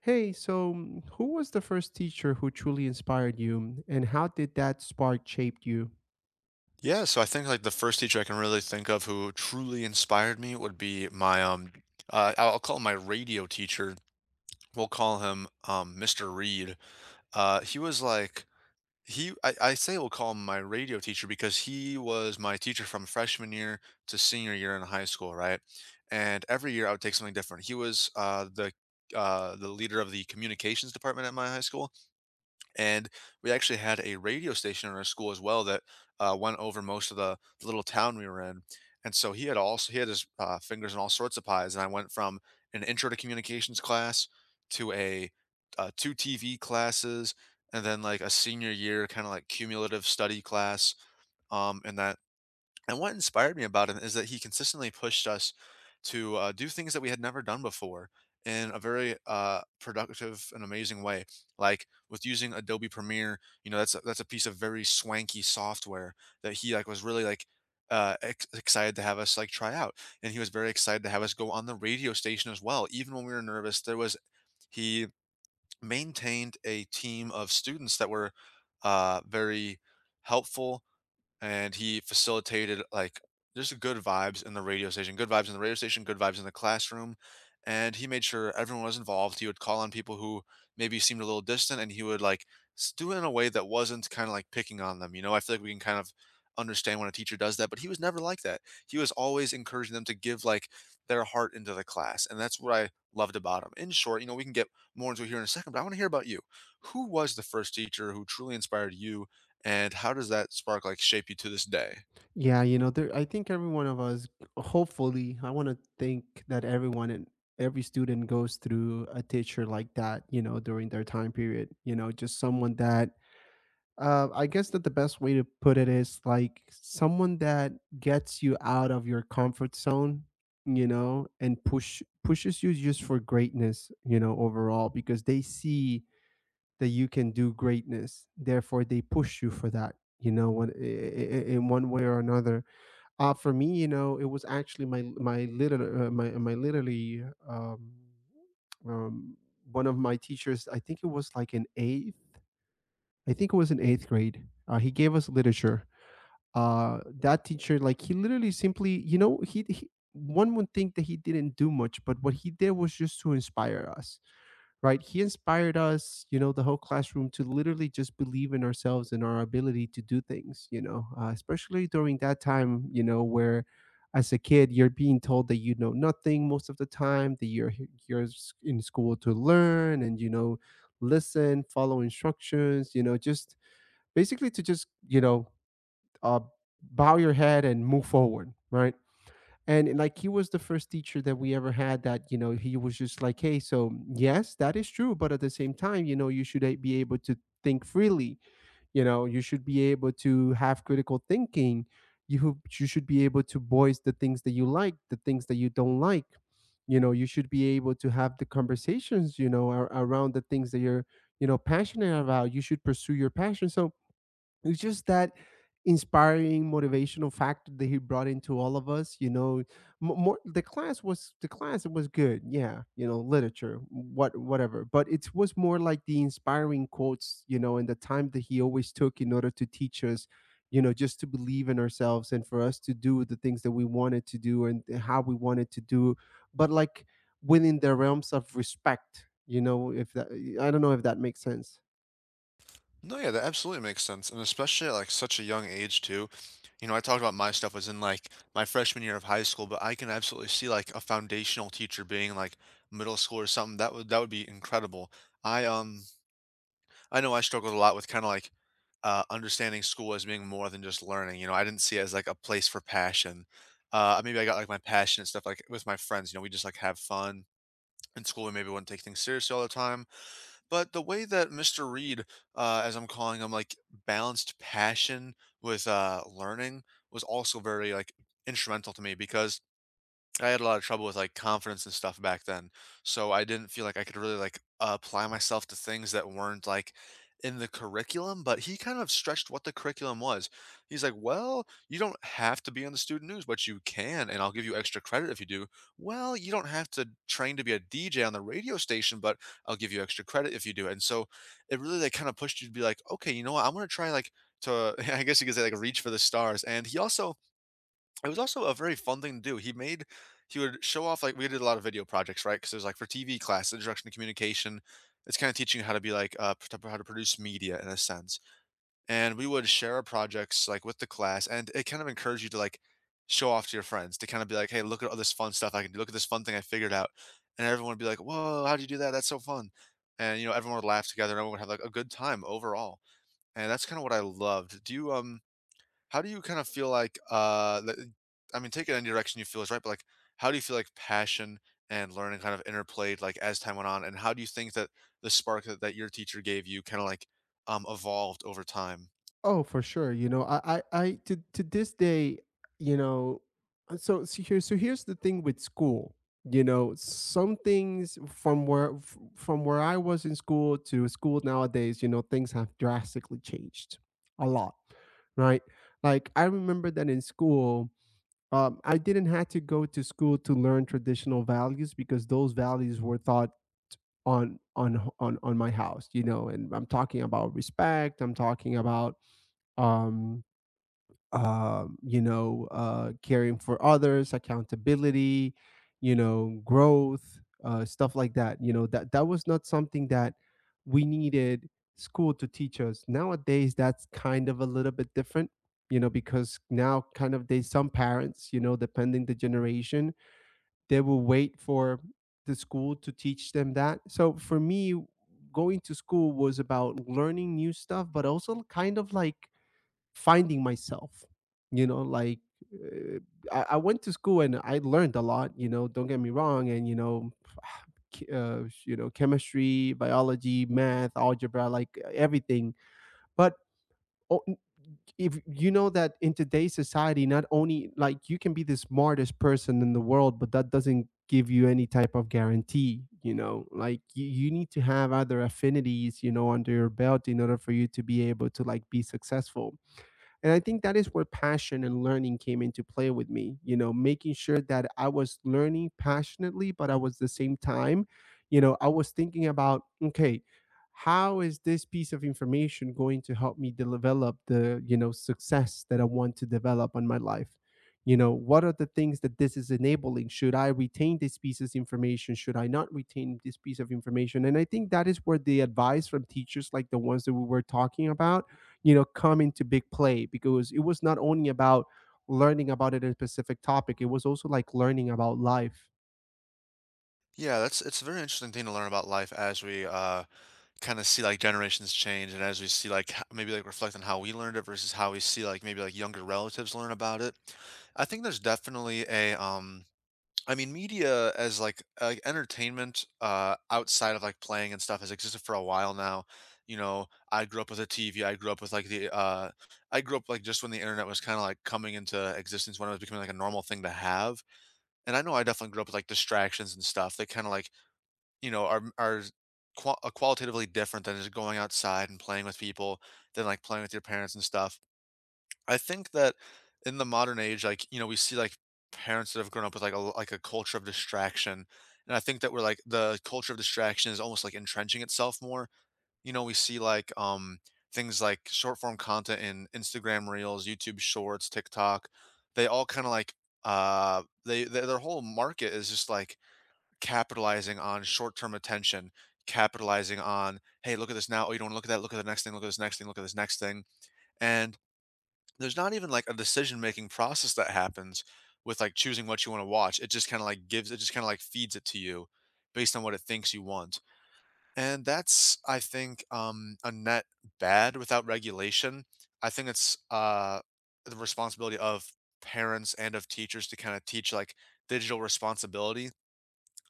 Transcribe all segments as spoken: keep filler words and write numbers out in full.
Hey, so mm, who was the first teacher who truly inspired you, and how did that spark shaped you? Yeah, so I think like the first teacher I can really think of who truly inspired me would be my um uh I'll I'll call him my radio teacher. We'll call him um mister Reed. Uh he was like he I, I say we'll call him my radio teacher because he was my teacher from freshman year to senior year in high school, right? And every year I would take something different. He was uh the uh the leader of the communications department at my high school, and we actually had a radio station in our school as well that uh, went over most of the little town we were in. And so he had also he had his uh, fingers in all sorts of pies. And I went from an intro to communications class to a uh, two T V classes, and then like a senior year kind of like cumulative study class. Um, and that and what inspired me about him is that he consistently pushed us to uh, do things that we had never done before in a very uh, productive and amazing way. Like with using Adobe Premiere, you know, that's a, that's a piece of very swanky software that he like was really like uh, ex- excited to have us like try out, and he was very excited to have us go on the radio station as well. Even when we were nervous, there was he maintained a team of students that were uh, very helpful, and he facilitated like there's good vibes in the radio station, good vibes in the radio station, good vibes in the classroom, and he made sure everyone was involved. He would call on people who maybe seemed a little distant, and he would like s- do it in a way that wasn't kind of like picking on them. You know, I feel like we can kind of understand when a teacher does that, but he was never like that. He was always encouraging them to give like their heart into the class, and that's what I loved about him. In short, you know, we can get more into it here in a second, but I want to hear about you. Who was the first teacher who truly inspired you, and how does that spark like shape you to this day? Yeah, you know, there, I think every one of us, hopefully, I want to think that everyone and every student goes through a teacher like that, you know, during their time period, you know, just someone that, uh, I guess that the best way to put it is like someone that gets you out of your comfort zone, you know, and push pushes you just for greatness, you know, overall, because they see that you can do greatness therefore they push you for that, you know, when, in one way or another, uh, for me, you know, it was actually my my liter- uh, my my literally um, um, one of my teachers. I think it was like in eighth I think it was in eighth grade. Uh, he gave us literature. Uh, that teacher, like, he literally simply, you know, he, he one would think that he didn't do much, but what he did was just to inspire us, right? He inspired us, you know, the whole classroom to literally just believe in ourselves and our ability to do things, you know, uh, especially during that time, you know, where as a kid you're being told that you know nothing most of the time, that you're he- you're s- in school to learn and, you know, listen, follow instructions, you know, just basically to just, you know, uh, bow your head and move forward, right? And like, he was the first teacher that we ever had that, you know, he was just like, hey, so yes, that is true, but at the same time, you know, you should a- be able to think freely, you know, you should be able to have critical thinking. You ho- you should be able to voice the things that you like, the things that you don't like, you know, you should be able to have the conversations, you know, ar- around the things that you're, you know, passionate about. You should pursue your passion. So it was just that inspiring motivational factor that he brought into all of us, you know. M- more, the class was the class was good, yeah, you know, literature, what, whatever, but it was more like the inspiring quotes, you know, and the time that he always took in order to teach us, you know, just to believe in ourselves and for us to do the things that we wanted to do and how we wanted to do, but like, within the realms of respect, you know, if that, I don't know if that makes sense. No, yeah, that absolutely makes sense. And especially at like such a young age too. You know, I talked about my stuff was in like my freshman year of high school, but I can absolutely see like a foundational teacher being like middle school or something. That would that would be incredible. I um I know I struggled a lot with kind of like uh, understanding school as being more than just learning. You know, I didn't see it as like a place for passion. Uh, maybe I got like my passion and stuff like with my friends. You know, we just like have fun in school. We maybe wouldn't take things seriously all the time. But the way that mister Reed, uh, as I'm calling him, like balanced passion with uh, learning was also very like instrumental to me, because I had a lot of trouble with, like, confidence and stuff back then, so I didn't feel like I could really, like, apply myself to things that weren't, like, in the curriculum, but he kind of stretched what the curriculum was. He's like, "Well, you don't have to be on the student news, but you can, and I'll give you extra credit if you do. Well, you don't have to train to be a D J on the radio station, but I'll give you extra credit if you do." And so it really, like, kinda pushed you to be like, "Okay, you know what? I'm gonna try, like, to" I guess you could say, like, reach for the stars, and he also it was also a very fun thing to do. He made he would show off like we did a lot of video projects, right? Because it was like for T V class, introduction to communication. It's kind of teaching you how to be like uh, p- how to produce media in a sense. And we would share our projects like with the class, and it kind of encouraged you to like show off to your friends to kind of be like, hey, look at all this fun stuff I can do. Look at this fun thing I figured out, and everyone would be like, whoa, how'd you do that? That's so fun. And you know, everyone would laugh together, and everyone would have like a good time overall. And that's kind of what I loved. Do you um? How do you kind of feel like, uh, the eh, I mean, take it any direction you feel is right, but, like, how do you feel like passion and learning kind of interplayed, like, as time went on? And how do you think that the spark that that your teacher gave you kinda, like, um, evolved over time? Oh, for sure. You know, I, I, I to to this day, you know, uh, so so here, so here's the thing with school. You know, some things from where f- from where I was in school to school nowadays, you know, things have drastically changed a lot, right? Like, I remember that in school, um, I didn't have to go to school to learn traditional values because those values were taught on on on on my house, you know. And I'm talking about respect. I'm talking about um um, you know, uh, caring for others, accountability, you know, growth, uh, stuff like that. You know, that that was not something that we needed school to teach us. Nowadays, that's kind of a little bit different. You know, because now kind of they, some parents, you know, depending the generation, they will wait for the school to teach them that. So for me, going to school was about learning new stuff, but also kind of like finding myself, you know, like, uh, I, I went to school and I learned a lot, you know, don't get me wrong, and you know, uh, you know, chemistry, biology, math, algebra, like, uh, everything, but o- n- if you know that in today's society, not only like you can be the smartest person in the world, but that doesn't give you any type of guarantee, you know, like you, you need to have other affinities, you know, under your belt in order for you to be able to like be successful. And I think that is where passion and learning came into play with me, you know, making sure that I was learning passionately, but I was at the same time, you know, I was thinking about, okay, how is this piece of information going to help me develop the, you know, success that I want to develop on my life? You know, what are the things that this is enabling? Should I retain this piece of information? Should I not retain this piece of information? And I think that is where the advice from teachers like the ones that we were talking about, you know, come into big play because it was not only about learning about it in a specific topic, it was also like learning about life. Yeah, that's it's a very interesting thing to learn about life as we, uh, kinda see, like, generations change, and as we see, like, ho maybe, like, reflect on how we learned it versus how we see, like, maybe, like, younger relatives learn about it. I think there's definitely a, um I mean, media as like uh, entertainment uh, outside of like playing and stuff has existed for a while now. You know, I grew up with a T V. I grew up with like the, uh, I grew up like just when the internet was kind of like coming into existence, when it was becoming like a normal thing to have. And I know I definitely grew up with like distractions and stuff that kind of like, you know, are, are qua- uh, qualitatively different than just going outside and playing with people, than like playing with your parents and stuff. I think that in the modern age, like, you know, we see, like, parents that have grown up with, like, a like, a culture of distraction, and I think that we're, like, the culture of distraction is almost, like, entrenching itself more. You know, we see, like, um, things like short form content in Instagram Reels, YouTube Shorts, TikTok. They all kinda, like, uh, they their their whole market is just, like, capitalizing on short-term attention, capitalizing on, "Hey, look at this now. Oh, you don't wanna look at that? Look at the next thing. Look at this next thing. Look at this next thing." And there's not even, like, a decision-making process that happens with, like, choosing what you wanna watch, it just kinda, like, gives it just kinda, like, feeds it to you based on what it thinks you want, and that's, I think, um, a net bad without regulation. I think it's, uh, the responsibility of parents and of teachers to kinda teach, like, digital responsibility.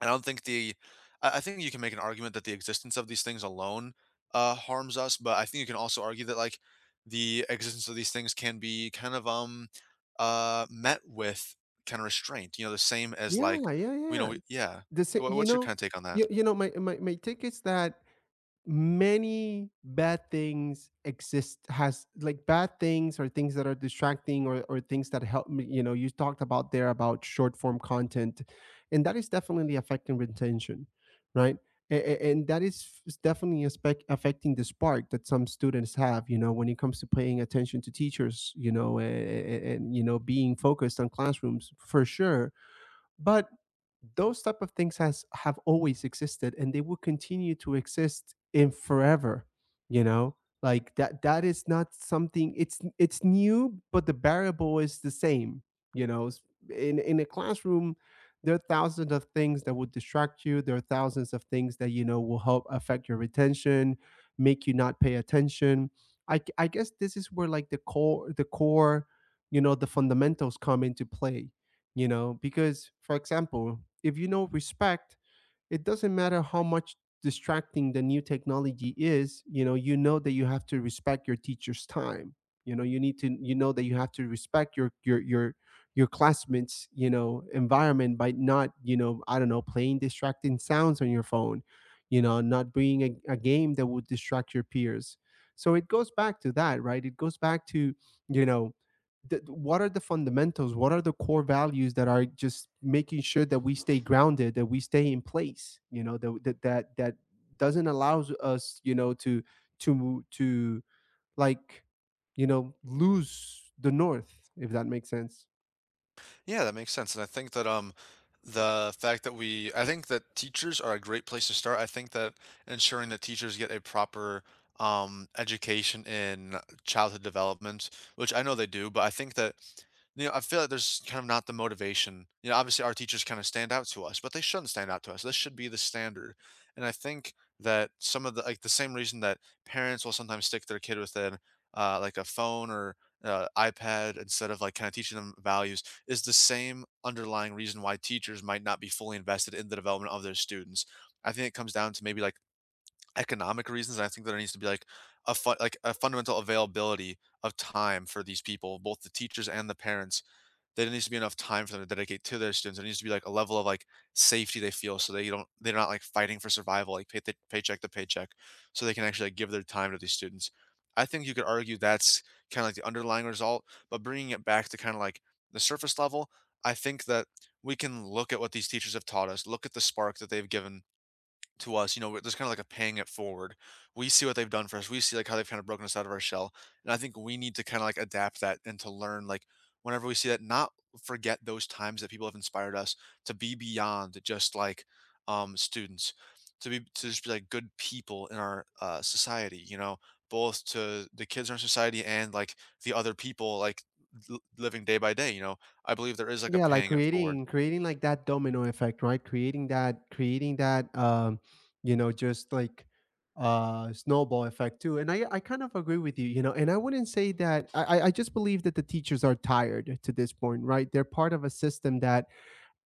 I don't think the I I think you can make an argument that the existence of these things alone, uh, harms us, but I think you can also argue that, like, the existence of these things can be kind of, um, uh, met with kinda restraint, you know, the same as, Yeah, like, yeah, you know, yeah. we yeah. The same, Wha you What's your know. kinda take on that? You, you know, my, my my take is that many bad things exist, has like bad things or things that are distracting or, or things that help me, you know. You talked about there about short form content, and that is definitely affecting retention, right? And, and that is definitely aspect affecting the spark that some students have, you know, when it comes to paying attention to teachers, you know, and, and you know, being focused on classrooms for sure. But those type of things has have always existed and they will continue to exist in forever, you know. Like, that that is not something, it's it's new, but the variable is the same, you know. In in a classroom, there are thousands of things that will distract you. There are thousands of things that, you know, will help affect your retention, make you not pay attention. I I Guess this is where like the core the core, you know, the fundamentals come into play, you know, because for example, if you know respect, it doesn't matter how much distracting the new technology is, you know. You know that you have to respect your teacher's time, you know, you need to, you know, that you have to respect your your your your classmates, you know, environment by not, you know, I don't know, playing distracting sounds on your phone, you know, not being a, a game that would distract your peers. So it goes back to that, right? It goes back to, you know, th- what are the fundamentals? What are the core values that are just making sure that we stay grounded, that we stay in place? You know, that that that, doesn't allow us, you know, to to to like, you know, lose the north. If that makes sense. Yeah, that makes sense. And I think that um the fact that we I think that teachers are a great place to start. I think that ensuring that teachers get a proper um education in childhood development, which I know they do, but I think that you know, I feel like there's kind of not the motivation. You know, obviously our teachers kind of stand out to us, but they shouldn't stand out to us. This should be the standard. And I think that some of the like the same reason that parents will sometimes stick their kid with an uh, like a phone or uh, iPad instead of like kind of teaching them values is the same underlying reason why teachers might not be fully invested in the development of their students. I think it comes down to maybe like economic reasons. And I think there needs to be like a fun, like a fundamental availability of time for these people, both the teachers and the parents, there needs to be enough time for them to dedicate to their students. There needs to be like a level of like safety they feel so they don't they're not like fighting for survival like pay, paycheck to paycheck, so they can actually like give their time to these students. I think you could argue that's kind of like the underlying result, but bringing it back to kind of like the surface level, I think that we can look at what these teachers have taught us, look at the spark that they've given to us, you know, there's kind of like a paying it forward. We see what they've done for us. We see like how they've kind of broken us out of our shell. And I think we need to kind of like adapt that and to learn like whenever we see that, not forget those times that people have inspired us to be beyond just like um students, to be to just be like good people in our uh society, you know, both to the kids in our society and like the other people like l- living day by day, you know. I believe there is like a Yeah, like paying it forward. creating creating like that domino effect, right? Creating that, creating that um, you know, just like uh snowball effect too. And I I kind of agree with you, you know, and I wouldn't say that I I I just believe that the teachers are tired to this point, right? They're part of a system that,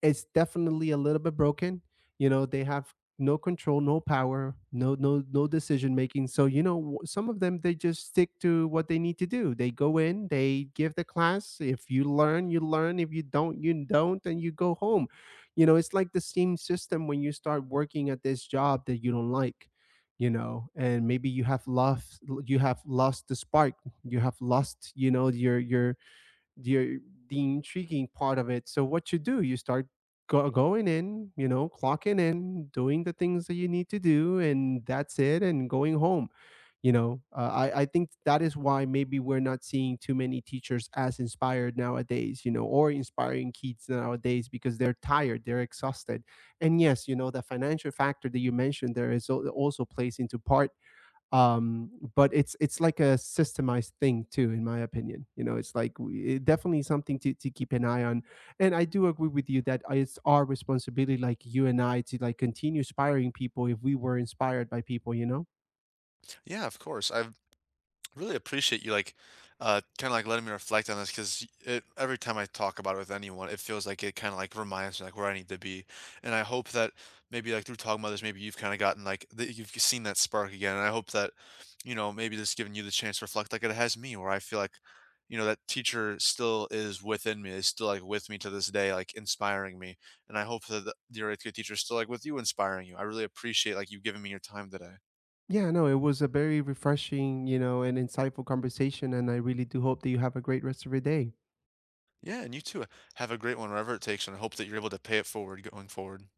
it's definitely a little bit broken. You know, they have no control, no power, no no no decision making. So you know, w- some of them, they just stick to what they need to do. They go in, they give the class. If you learn, you learn. If you don't, you don't, and you go home. You know, it's like the same system when you start working at this job that you don't like. You know, and maybe you have lost, you have lost the spark. You have lost, you know, your your the the intriguing part of it. So what you do, you start go, going in, you know, clocking in, doing the things that you need to do, and that's it, and going home. You know, uh, I I think that is why maybe we're not seeing too many teachers as inspired nowadays. You know, or inspiring kids nowadays because they're tired, they're exhausted, and yes, you know, the financial factor that you mentioned there is al- also plays into part. Um but it's it's like a systemized thing too, in my opinion, you know. It's like, we- it definitely something to, to keep an eye on. And I do agree with you that uh, it's our responsibility, like you and I, to like continue inspiring people if we were inspired by people, you know. Yeah, of course. I've really appreciate you like uh kind of like letting me reflect on this, because it, every time I talk about it with anyone it feels like it kind of like reminds me like where I need to be, and I hope that maybe like through talking about this maybe you've kind of gotten like that you've seen that spark again, and I hope that you know maybe this giving you the chance to reflect like it has me, where I feel like you know that teacher still is within me, is still like with me to this day like inspiring me, and I hope that the, your eighth grade teacher is still like with you inspiring you. I really appreciate like you giving me your time today. Yeah, no, it was a very refreshing, you know, and insightful conversation, and I really do hope that you have a great rest of your day. Yeah, and you too. Have a great one wherever it takes you, and I hope that you're able to pay it forward going forward.